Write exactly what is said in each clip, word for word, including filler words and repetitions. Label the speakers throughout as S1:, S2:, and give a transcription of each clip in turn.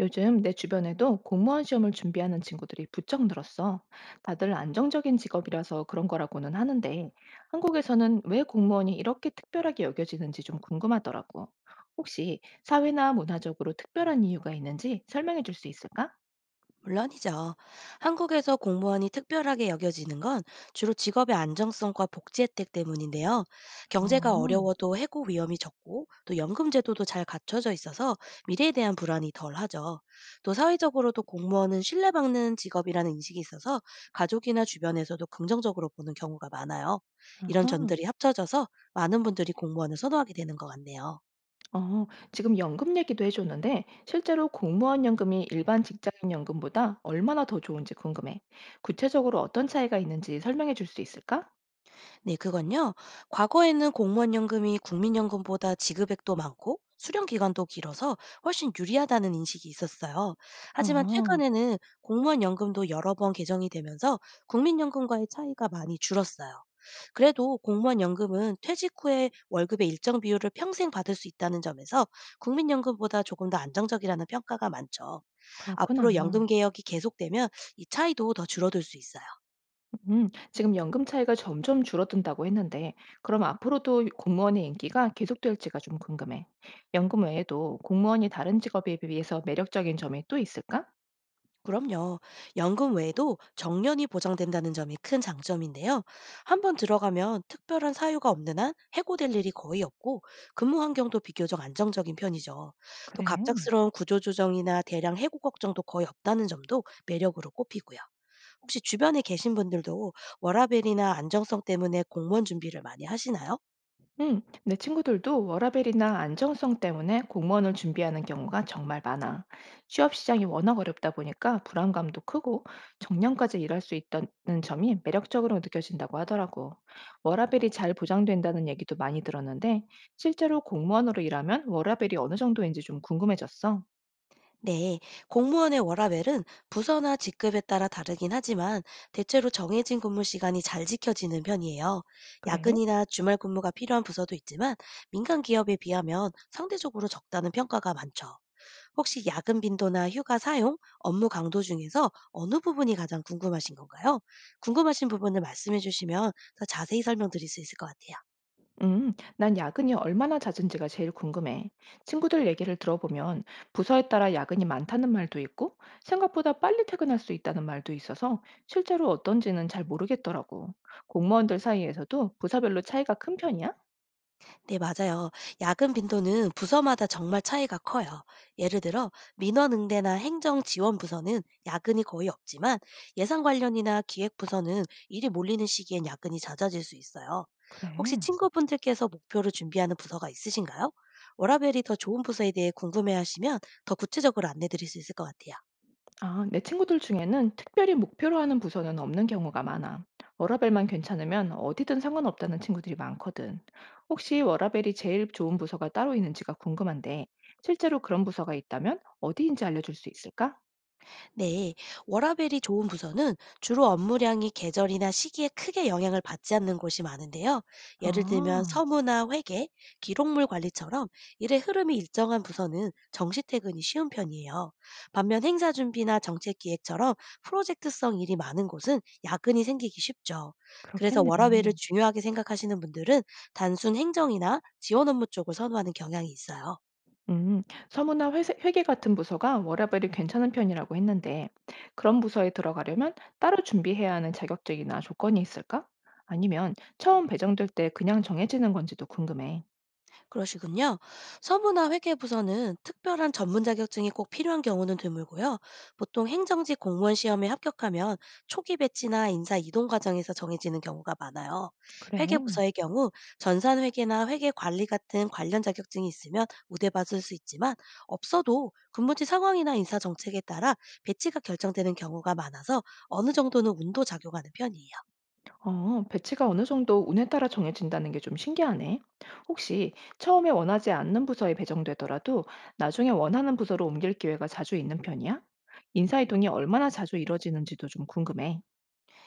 S1: 요즘 내 주변에도 공무원 시험을 준비하는 친구들이 부쩍 늘었어. 다들 안정적인 직업이라서 그런 거라고는 하는데, 한국에서는 왜 공무원이 이렇게 특별하게 여겨지는지 좀 궁금하더라고. 혹시 사회나 문화적으로 특별한 이유가 있는지 설명해 줄 수 있을까?
S2: 물론이죠. 한국에서 공무원이 특별하게 여겨지는 건 주로 직업의 안정성과 복지 혜택 때문인데요.
S1: 아,
S2: 경제가 어려워도 해고 위험이 적고 또 연금 제도도 잘 갖춰져 있어서 미래에 대한 불안이 덜하죠. 또 사회적으로도 공무원은 신뢰받는 직업이라는 인식이 있어서 가족이나 주변에서도 긍정적으로 보는 경우가 많아요. 이런
S1: 아하.
S2: 점들이 합쳐져서 많은 분들이 공무원을 선호하게 되는 것 같네요.
S1: 어, 지금 연금 얘기도 해줬는데, 실제로 공무원 연금이 일반 직장인 연금보다 얼마나 더 좋은지 궁금해. 구체적으로 어떤 차이가 있는지 설명해 줄 수 있을까?
S2: 네, 그건요. 과거에는 공무원연금이 국민연금보다 지급액도 많고 수령 기간도 길어서 훨씬 유리하다는 인식이 있었어요. 하지만
S1: 아.
S2: 최근에는 공무원연금도 여러 번 개정이 되면서 국민연금과의 차이가 많이 줄었어요. 그래도 공무원연금은 퇴직 후에 월급의 일정 비율을 평생 받을 수 있다는 점에서 국민연금보다 조금 더 안정적이라는 평가가 많죠.
S1: 그렇구나.
S2: 앞으로 연금 개혁이 계속되면 이 차이도 더 줄어들 수 있어요.
S1: 음. 지금 연금 차이가 점점 줄어든다고 했는데 그럼 앞으로도 공무원의 인기가 계속될지가 좀 궁금해. 연금 외에도 공무원이 다른 직업에 비해서 매력적인 점이 또 있을까?
S2: 그럼요. 연금 외에도 정년이 보장된다는 점이 큰 장점인데요. 한번 들어가면 특별한 사유가 없는 한 해고될 일이 거의 없고 근무 환경도 비교적 안정적인 편이죠. 또
S1: 그래.
S2: 갑작스러운 구조조정이나 대량 해고 걱정도 거의 없다는 점도 매력으로 꼽히고요. 혹시 주변에 계신 분들도 워라밸이나 안정성 때문에 공무원 준비를 많이 하시나요?
S1: 응, 내 친구들도 워라밸이나 안정성 때문에 공무원을 준비하는 경우가 정말 많아. 취업 시장이 워낙 어렵다 보니까 불안감도 크고 정년까지 일할 수 있다는 점이 매력적으로 느껴진다고 하더라고. 워라밸이 잘 보장된다는 얘기도 많이 들었는데 실제로 공무원으로 일하면 워라밸이 어느 정도인지 좀 궁금해졌어.
S2: 네, 공무원의 워라밸은 부서나 직급에 따라 다르긴 하지만 대체로 정해진 근무 시간이 잘 지켜지는 편이에요.
S1: 그래?
S2: 야근이나 주말 근무가 필요한 부서도 있지만 민간 기업에 비하면 상대적으로 적다는 평가가 많죠. 혹시 야근 빈도나 휴가 사용, 업무 강도 중에서 어느 부분이 가장 궁금하신 건가요? 궁금하신 부분을 말씀해 주시면 더 자세히 설명드릴 수 있을 것 같아요.
S1: 음, 난 야근이 얼마나 잦은지가 제일 궁금해. 친구들 얘기를 들어보면 부서에 따라 야근이 많다는 말도 있고 생각보다 빨리 퇴근할 수 있다는 말도 있어서 실제로 어떤지는 잘 모르겠더라고. 공무원들 사이에서도 부서별로 차이가 큰 편이야?
S2: 네, 맞아요. 야근 빈도는 부서마다 정말 차이가 커요. 예를 들어, 민원응대나 행정지원부서는 야근이 거의 없지만, 예산 관련이나 기획부서는 일이 몰리는 시기엔 야근이 잦아질 수 있어요. 혹시
S1: 그래.
S2: 친구분들께서 목표를 준비하는 부서가 있으신가요? 워라벨이 더 좋은 부서에 대해 궁금해하시면 더 구체적으로 안내 드릴 수 있을 것 같아요.
S1: 아, 내 친구들 중에는 특별히 목표로 하는 부서는 없는 경우가 많아. 워라밸만 괜찮으면 어디든 상관없다는 친구들이 많거든. 혹시 워라밸이 제일 좋은 부서가 따로 있는지가 궁금한데, 실제로 그런 부서가 있다면 어디인지 알려줄 수 있을까?
S2: 네, 워라밸이 좋은 부서는 주로 업무량이 계절이나 시기에 크게 영향을 받지 않는 곳이 많은데요. 예를 들면
S1: 아,
S2: 서무나 회계, 기록물 관리처럼 일의 흐름이 일정한 부서는 정시 퇴근이 쉬운 편이에요. 반면 행사 준비나 정책 기획처럼 프로젝트성 일이 많은 곳은 야근이 생기기 쉽죠. 그래서
S1: 그렇겠네.
S2: 워라밸을 중요하게 생각하시는 분들은 단순 행정이나 지원 업무 쪽을 선호하는 경향이 있어요.
S1: 음, 서무나 회계 같은 부서가 워라밸이 괜찮은 편이라고 했는데, 그런 부서에 들어가려면 따로 준비해야 하는 자격증이나 조건이 있을까? 아니면 처음 배정될 때 그냥 정해지는 건지도 궁금해.
S2: 그러시군요. 서부나 회계부서는 특별한 전문 자격증이 꼭 필요한 경우는 드물고요. 보통 행정직 공무원 시험에 합격하면 초기 배치나 인사 이동 과정에서 정해지는 경우가 많아요.
S1: 그래.
S2: 회계부서의 경우 전산 회계나 회계 관리 같은 관련 자격증이 있으면 우대받을 수 있지만 없어도 근무지 상황이나 인사 정책에 따라 배치가 결정되는 경우가 많아서 어느 정도는 운도 작용하는 편이에요.
S1: 어, 배치가 어느 정도 운에 따라 정해진다는 게 좀 신기하네. 혹시 처음에 원하지 않는 부서에 배정되더라도 나중에 원하는 부서로 옮길 기회가 자주 있는 편이야? 인사이동이 얼마나 자주 이뤄지는지도 좀 궁금해.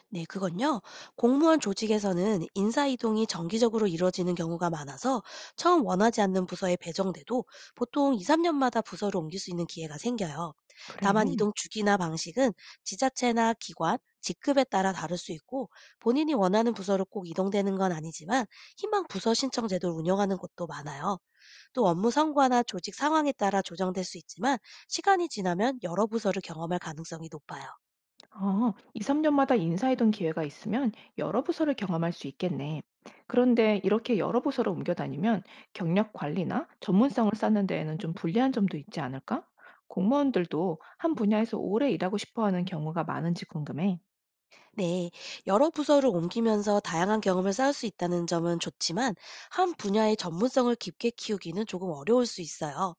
S2: 네, 그건요. 공무원 조직에서는 인사이동이 정기적으로 이루어지는 경우가 많아서 처음 원하지 않는 부서에 배정돼도 보통 이, 삼 년마다 부서를 옮길 수 있는 기회가 생겨요. 다만
S1: 그래.
S2: 이동 주기나 방식은 지자체나 기관, 직급에 따라 다를 수 있고 본인이 원하는 부서로 꼭 이동되는 건 아니지만 희망 부서 신청 제도를 운영하는 곳도 많아요. 또 업무 성과나 조직 상황에 따라 조정될 수 있지만 시간이 지나면 여러 부서를 경험할 가능성이 높아요.
S1: 어, 이삼 년마다 인사이동 기회가 있으면 여러 부서를 경험할 수 있겠네. 그런데 이렇게 여러 부서로 옮겨 다니면 경력 관리나 전문성을 쌓는 데에는 좀 불리한 점도 있지 않을까? 공무원들도 한 분야에서 오래 일하고 싶어 하는 경우가 많은지 궁금해.
S2: 네, 여러 부서를 옮기면서 다양한 경험을 쌓을 수 있다는 점은 좋지만 한 분야의 전문성을 깊게 키우기는 조금 어려울 수 있어요.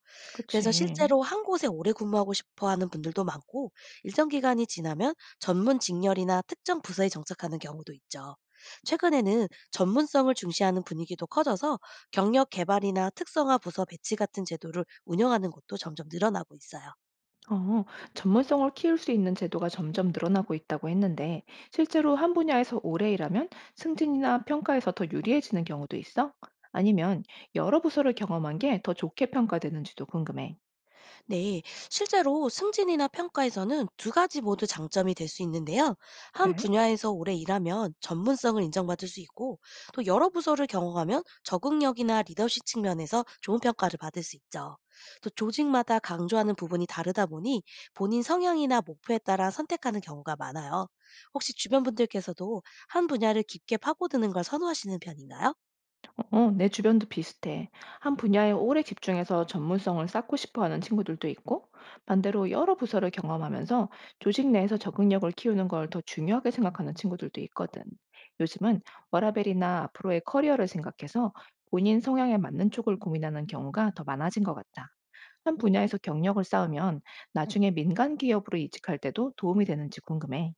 S2: 그래서
S1: 그치.
S2: 실제로 한 곳에 오래 근무하고 싶어 하는 분들도 많고 일정 기간이 지나면 전문 직렬이나 특정 부서에 정착하는 경우도 있죠. 최근에는 전문성을 중시하는 분위기도 커져서 경력 개발이나 특성화 부서 배치 같은 제도를 운영하는 곳도 점점 늘어나고 있어요.
S1: 어, 전문성을 키울 수 있는 제도가 점점 늘어나고 있다고 했는데, 실제로 한 분야에서 오래 일하면 승진이나 평가에서 더 유리해지는 경우도 있어? 아니면 여러 부서를 경험한 게 더 좋게 평가되는지도 궁금해.
S2: 네, 실제로 승진이나 평가에서는 두 가지 모두 장점이 될 수 있는데요. 한
S1: 그래?
S2: 분야에서 오래 일하면 전문성을 인정받을 수 있고, 또 여러 부서를 경험하면 적응력이나 리더십 측면에서 좋은 평가를 받을 수 있죠. 또 조직마다 강조하는 부분이 다르다 보니 본인 성향이나 목표에 따라 선택하는 경우가 많아요. 혹시 주변 분들께서도 한 분야를 깊게 파고드는 걸 선호하시는 편인가요?
S1: 어, 내 주변도 비슷해. 한 분야에 오래 집중해서 전문성을 쌓고 싶어 하는 친구들도 있고, 반대로 여러 부서를 경험하면서 조직 내에서 적응력을 키우는 걸 더 중요하게 생각하는 친구들도 있거든. 요즘은 워라밸이나 앞으로의 커리어를 생각해서 본인 성향에 맞는 쪽을 고민하는 경우가 더 많아진 것 같다. 한 분야에서 경력을 쌓으면 나중에 민간 기업으로 이직할 때도 도움이 되는지 궁금해.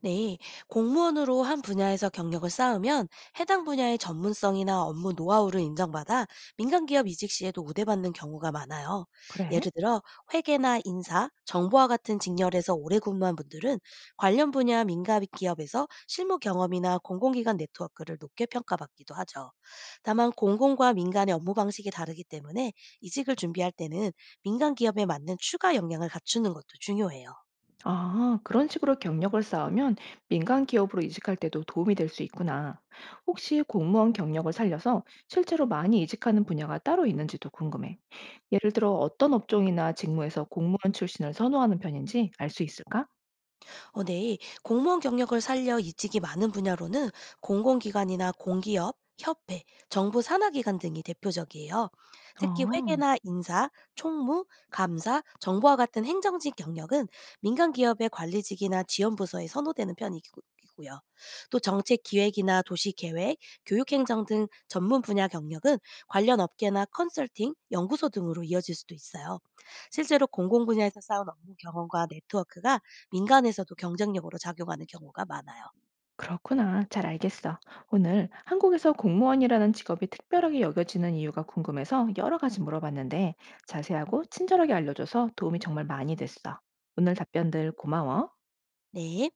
S2: 네, 공무원으로 한 분야에서 경력을 쌓으면 해당 분야의 전문성이나 업무 노하우를 인정받아 민간기업 이직 시에도 우대받는 경우가 많아요.
S1: 그래?
S2: 예를 들어 회계나 인사, 정보와 같은 직렬에서 오래 근무한 분들은 관련 분야 민간기업에서 실무 경험이나 공공기관 네트워크를 높게 평가받기도 하죠. 다만 공공과 민간의 업무 방식이 다르기 때문에 이직을 준비할 때는 민간기업에 맞는 추가 역량을 갖추는 것도 중요해요.
S1: 아, 그런 식으로 경력을 쌓으면 민간 기업으로 이직할 때도 도움이 될 수 있구나. 혹시 공무원 경력을 살려서 실제로 많이 이직하는 분야가 따로 있는지도 궁금해. 예를 들어 어떤 업종이나 직무에서 공무원 출신을 선호하는 편인지 알 수 있을까?
S2: 어, 네. 공무원 경력을 살려 이직이 많은 분야로는 공공기관이나 공기업, 협회, 정부 산하기관 등이 대표적이에요. 특히
S1: 어,
S2: 회계나 인사, 총무, 감사, 정보와 같은 행정직 경력은 민간 기업의 관리직이나 지원부서에 선호되는 편이고요. 또 정책 기획이나 도시 계획, 교육행정 등 전문 분야 경력은 관련 업계나 컨설팅, 연구소 등으로 이어질 수도 있어요. 실제로 공공 분야에서 쌓은 업무 경험과 네트워크가 민간에서도 경쟁력으로 작용하는 경우가 많아요.
S1: 그렇구나. 잘 알겠어. 오늘 한국에서 공무원이라는 직업이 특별하게 여겨지는 이유가 궁금해서 여러 가지 물어봤는데 자세하고 친절하게 알려줘서 도움이 정말 많이 됐어. 오늘 답변들 고마워.
S2: 네.